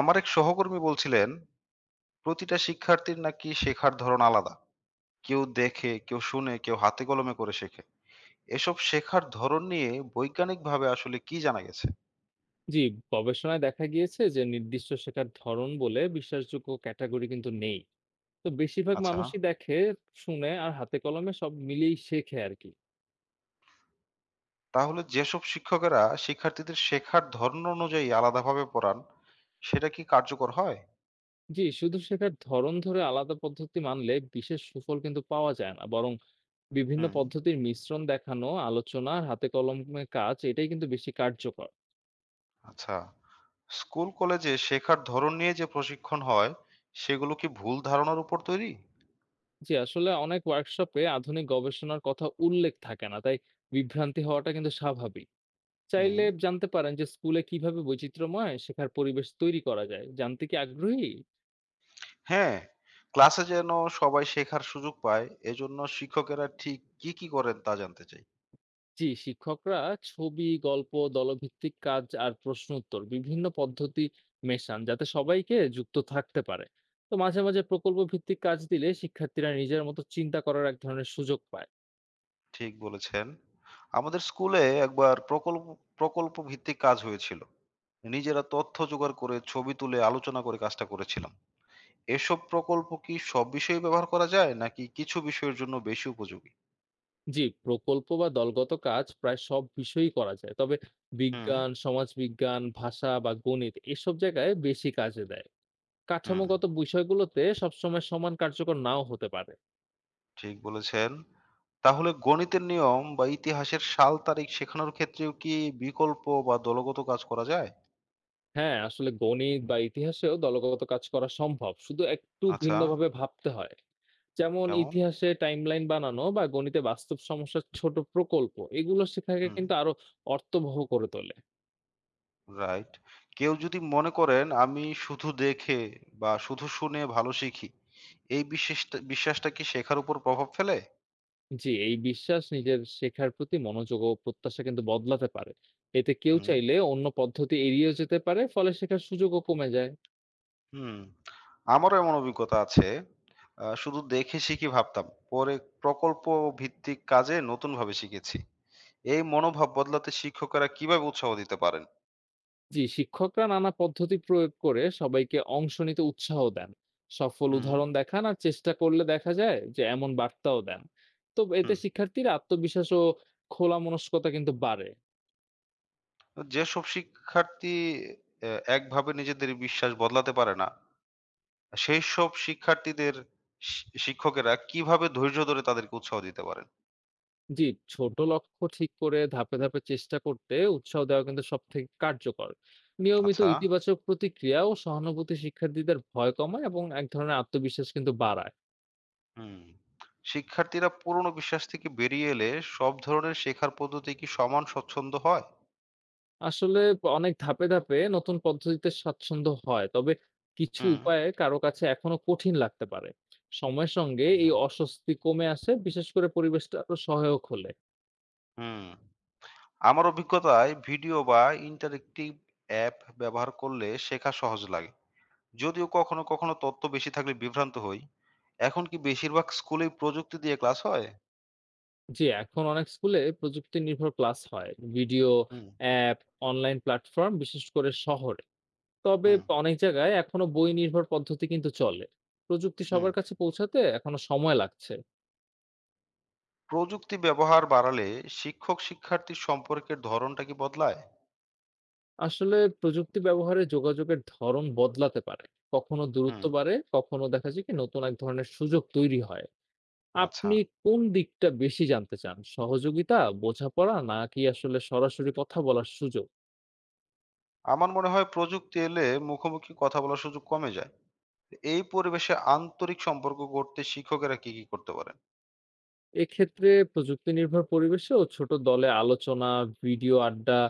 আমার এক সহকর্মী বলছিলেন, প্রতিটা শিক্ষার্থীর নাকি শেখার ধরন আলাদা। কেউ দেখে, কেউ শুনে, কেউ হাতে কলমে করে শেখে। এসব শেখার ধরন নিয়ে বৈজ্ঞানিকভাবে আসলে কি জানা গেছে? জি, গবেষণায় দেখা গিয়েছে যে নির্দিষ্ট শেখার ধরন বলে বিশ্বাসযোগ্য ক্যাটাগরি কিন্তু নেই। তো বেশিরভাগ আচ্ছা, মানুষই দেখে, শুনে আর হাতে কলমে সব মিলিয়েই শেখে আর কি। তাহলে যেসব শিক্ষকেরা শিক্ষার্থীদের শেখার ধরন অনুযায়ী আলাদাভাবে পড়ান, সেটা কি কার্যকর হয়? জি, শুধু শেখার ধরন ধরে আলাদা পদ্ধতি মানলে বিশেষ সুফল কিন্তু পাওয়া যায় না, বরং বিভিন্ন হুম, পদ্ধতির মিশ্রণ দেখানো, আলোচনা আর হাতে কলমে কাজ এটাই কিন্তু বেশি কার্যকর। আচ্ছা। স্কুল কলেজে শেখার ধরন নিয়ে যে প্রশিক্ষণ হয়, সেগুলো কি ভুল ধারণার উপর তৈরি? জি, আসলে অনেক ওয়ার্কশপে আধুনিক গবেষণার কথা উল্লেখ থাকে না, তাই বিভ্রান্তি হওয়াটা কিন্তু স্বাভাবিক। হুম, চাইলে জানতে পারেন যে স্কুলে কিভাবে বৈচিত্র্যময় শেখার পরিবেশ তৈরি করা যায়, জানতে কি আগ্রহী? হ্যাঁ, ক্লাসে যেন সবাই শেখার সুযোগ পায়, এজন্য শিক্ষকেরা ঠিক কি, কি করেন তা জানতে চাই। জি, শিক্ষকরা ছবি, গল্প, দলভিত্তিক কাজ আর প্রশ্ন উত্তর বিভিন্ন পদ্ধতি মেশান যাতে সবাইকে যুক্ত থাকতে পারে। তো মাঝে মাঝে প্রকল্প ভিত্তিক কাজ দিলে শিক্ষার্থীরা নিজের মতো চিন্তা করার এক ধরনের সুযোগ পায়। ঠিক বলেছেন। আমাদের স্কুলে একবার প্রকল্প প্রকল্প ভিত্তিক কাজ হয়েছিল। নিজেরা তথ্য জোগাড় করে ছবি তুলে আলোচনা করে কাজটা করেছিলাম। এসব প্রকল্প কি সব বিষয়ে ব্যবহার করা যায় নাকি কিছু বিষয়ের জন্য বেশি উপযোগী? জি, প্রকল্প বা দলগত কাজ প্রায় সব বিষয়ই করা যায়, তবে হুম, বিজ্ঞান, সমাজবিজ্ঞান, ভাষা বা গণিত এসব জায়গায় বেশি কাজে দেয়। হুম। কাঠামোগত বিষয়গুলোতে সবসময় সমান কার্যকর নাও হতে পারে। ঠিক বলেছেন। তাহলে গণিতের নিয়ম বা ইতিহাসের সাল তারিখ শেখানোর ক্ষেত্রেও কি বিকল্প বা দলগত কাজ করা যায়? হ্যাঁ, আসলে গণিত বা ইতিহাসেও দলগত কাজ করা সম্ভব, শুধু একটু আচ্ছা। ভিন্নভাবে ভাবতে হয়। যেমন কেমন? ইতিহাসে টাইমলাইন বানানো বা গণিতে বাস্তব সমস্যার ছোট প্রকল্প এগুলো শেখাকে হুম, কিন্তু আরো অর্থবহ করে তোলে। রাইট। কেউ যদি মনে করেন আমি শুধু দেখে বা শুধু শুনে ভালো শিখি, এই বিশ্বাসটা বিশ্বাসটা কি শেখার উপর প্রভাব ফেলে? জি, এই বিশ্বাস নিজের শেখার প্রতি মনোযোগ ও প্রত্যাশা কিন্তু বদলাতে পারে। এতে কেউ হুম, চাইলে অন্য পদ্ধতি এড়িয়ে যেতে পারে, ফলে শেখার সুযোগও কমে যায়। হুম। আমারও এমন অভিজ্ঞতা আছে। শুধু দেখে শিখি ভাবতাম। পরে প্রকল্প ভিত্তিক কাজে নতুনভাবে শিখেছি। এই মনোভাব বদলাতে শিক্ষকেরা কিভাবে উৎসাহ দিতে পারেন? জি, শিক্ষকরা নানা পদ্ধতি প্রয়োগ করে সবাইকে অংশ নিতে উৎসাহ দেন। সফল হুম, উদাহরণ দেখান আর চেষ্টা করলে দেখা যায় যে এমন বার্তাও দেন। তো এতে হুম। শিক্ষার্থীর আত্মবিশ্বাস ও খোলা মনস্কতা কিন্তু বাড়ে। যেসব শিক্ষার্থী এ একভাবে নিজেদের বিশ্বাস বদলাতে পারে না, সেইসব শিক্ষার্থীদের শিক্ষকেরা কিভাবে ধৈর্য ধরে তাদেরকে উৎসাহ দিতে পারেন? জি, ছোট লক্ষ্য ঠিক করে ধাপে ধাপে চেষ্টা করতে উৎসাহ দেওয়া কিন্তু সবথেকে কার্যকর। নিয়মিত আচ্ছা, ইতিবাচক প্রতিক্রিয়া ও সহানুভূতি শিক্ষার্থীদের ভয় কমায় এবং এক ধরনের আত্মবিশ্বাস কিন্তু বাড়ায়। হুম। শিক্ষার্থীরা পুরনো বিশ্বাস থেকে বেরিয়ে এলে সব ধরনের শেখার পদ্ধতি কি সমান স্বচ্ছন্দ হয়? আসলে অনেক ধাপে ধাপে নতুন পদ্ধতিতে স্বাচ্ছন্দ্য হয়, তবে কিছু হুম, উপায়ে কারো কাছে এখনো কঠিন লাগতে পারে। সময়ের সঙ্গে আচ্ছা, এই অস্বস্তি কমে আসে, বিশেষ করে পরিবেশটা আরো সহায়ক হলে। হুম। আমার অভিজ্ঞতায় ভিডিও বা ইন্টারেক্টিভ অ্যাপ ব্যবহার করলে শেখা সহজ লাগে। যদিও কখনো, কখনো তথ্য বেশি থাকলে বিভ্রান্ত হই। এখন কি বেশিরভাগ স্কুলেই প্রযুক্তি দিয়ে ক্লাস হয়? জি, এখন অনেক স্কুলে প্রযুক্তি নির্ভর ক্লাস হয়। ভিডিও, হুম, অ্যাপ, অনলাইন প্ল্যাটফর্ম বিশেষ করে শহরে। তবে হুম, অনেক জায়গায় এখনো বই নির্ভর পদ্ধতি কিন্তু চলে। প্রযুক্তি হুম। সবার কাছে পৌঁছাতে এখনো সময় লাগছে। প্রযুক্তি ব্যবহার বাড়ালে শিক্ষক শিক্ষার্থীর সম্পর্কের ধরনটা কি বদলায়? আসলে প্রযুক্তি ব্যবহারে যোগাযোগের ধরন বদলাতে পারে। কখনো হুম, দূরত্ব বাড়ে, কখনো দেখা যায় কি নতুন এক ধরনের সুযোগ তৈরি হয়। আচ্ছা, আপনি কোন দিকটা বেশি জানতে চান, সহযোগিতা, বোঝাপড়া নাকি আসলে সরাসরি কথা বলার সুযোগ? আমার মনে হয় প্রযুক্তি এলে মুখোমুখি কথা বলার সুযোগ কমে যায়। এই পরিবেশে আন্তরিক সম্পর্ক গড়তে শিক্ষকেরা কি কি করতে পারেন? এক্ষেত্রে প্রযুক্তি নির্ভর পরিবেশেও ছোট দলে আলোচনা, ভিডিও আড্ডা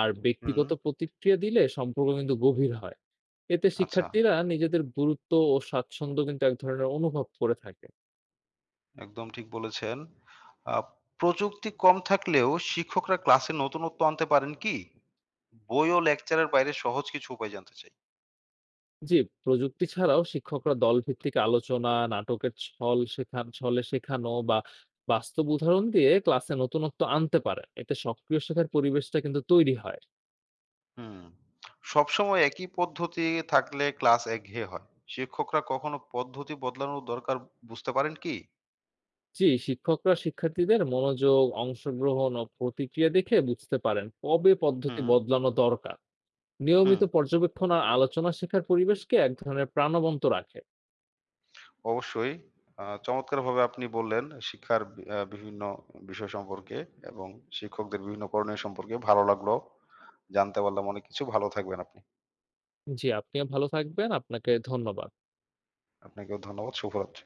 আর হুম, ব্যক্তিগত প্রতিক্রিয়া দিলে সম্পর্ক কিন্তু গভীর হয়। এতে আচ্ছা, শিক্ষার্থীরা নিজেদের গুরুত্ব ও স্বাচ্ছন্দ্য কিন্তু এক ধরনের অনুভব করে থাকে। একদম ঠিক বলেছেন। আহ, প্রযুক্তি কম থাকলেও শিক্ষকরা ক্লাসে নতুনত্ব আনতে পারেন কি? বই ও লেকচারের বাইরে সহজ কিছু উপায় জানতে চাই। জি, প্রযুক্তি ছাড়াও শিক্ষকরা দলভিত্তিক আলোচনা, নাটকের ছল শেখান, ছলে শেখানো বা বাস্তব উদাহরণ দিয়ে ক্লাসে নতুনত্ব আনতে পারেন। এতে সক্রিয় শেখার পরিবেশটা কিন্তু তৈরি হয়। হুম। সবসময় একই পদ্ধতি থাকলে ক্লাস একঘেয়ে হয়। শিক্ষকরা কখনো পদ্ধতি বদলানোর দরকার বুঝতে পারেন কি? জি, শিক্ষকরা শিক্ষার্থীদের মনোযোগ, অংশগ্রহণ ও প্রতিক্রিয়া দেখে বুঝতে পারেন কবে পদ্ধতি হুম, বদলানো দরকার। হুম। নিয়মিত পর্যবেক্ষণ আর আলোচনা শেখার পরিবেশকে এক ধরনের প্রাণবন্ত রাখে। অবশ্যই। চমৎকারভাবে আপনি বললেন শিক্ষার বি আ বিভিন্ন বিষয় সম্পর্কে এবং শিক্ষকদের বিভিন্ন করণীয় সম্পর্কে। ভালো লাগলো। জানতে পারলাম অনেক কিছু। ভালো থাকবেন আপনি। জি, আপনিও ভালো থাকবেন। আপনাকে ধন্যবাদ। আপনাকেও ধন্যবাদ। শুভরাত্রি।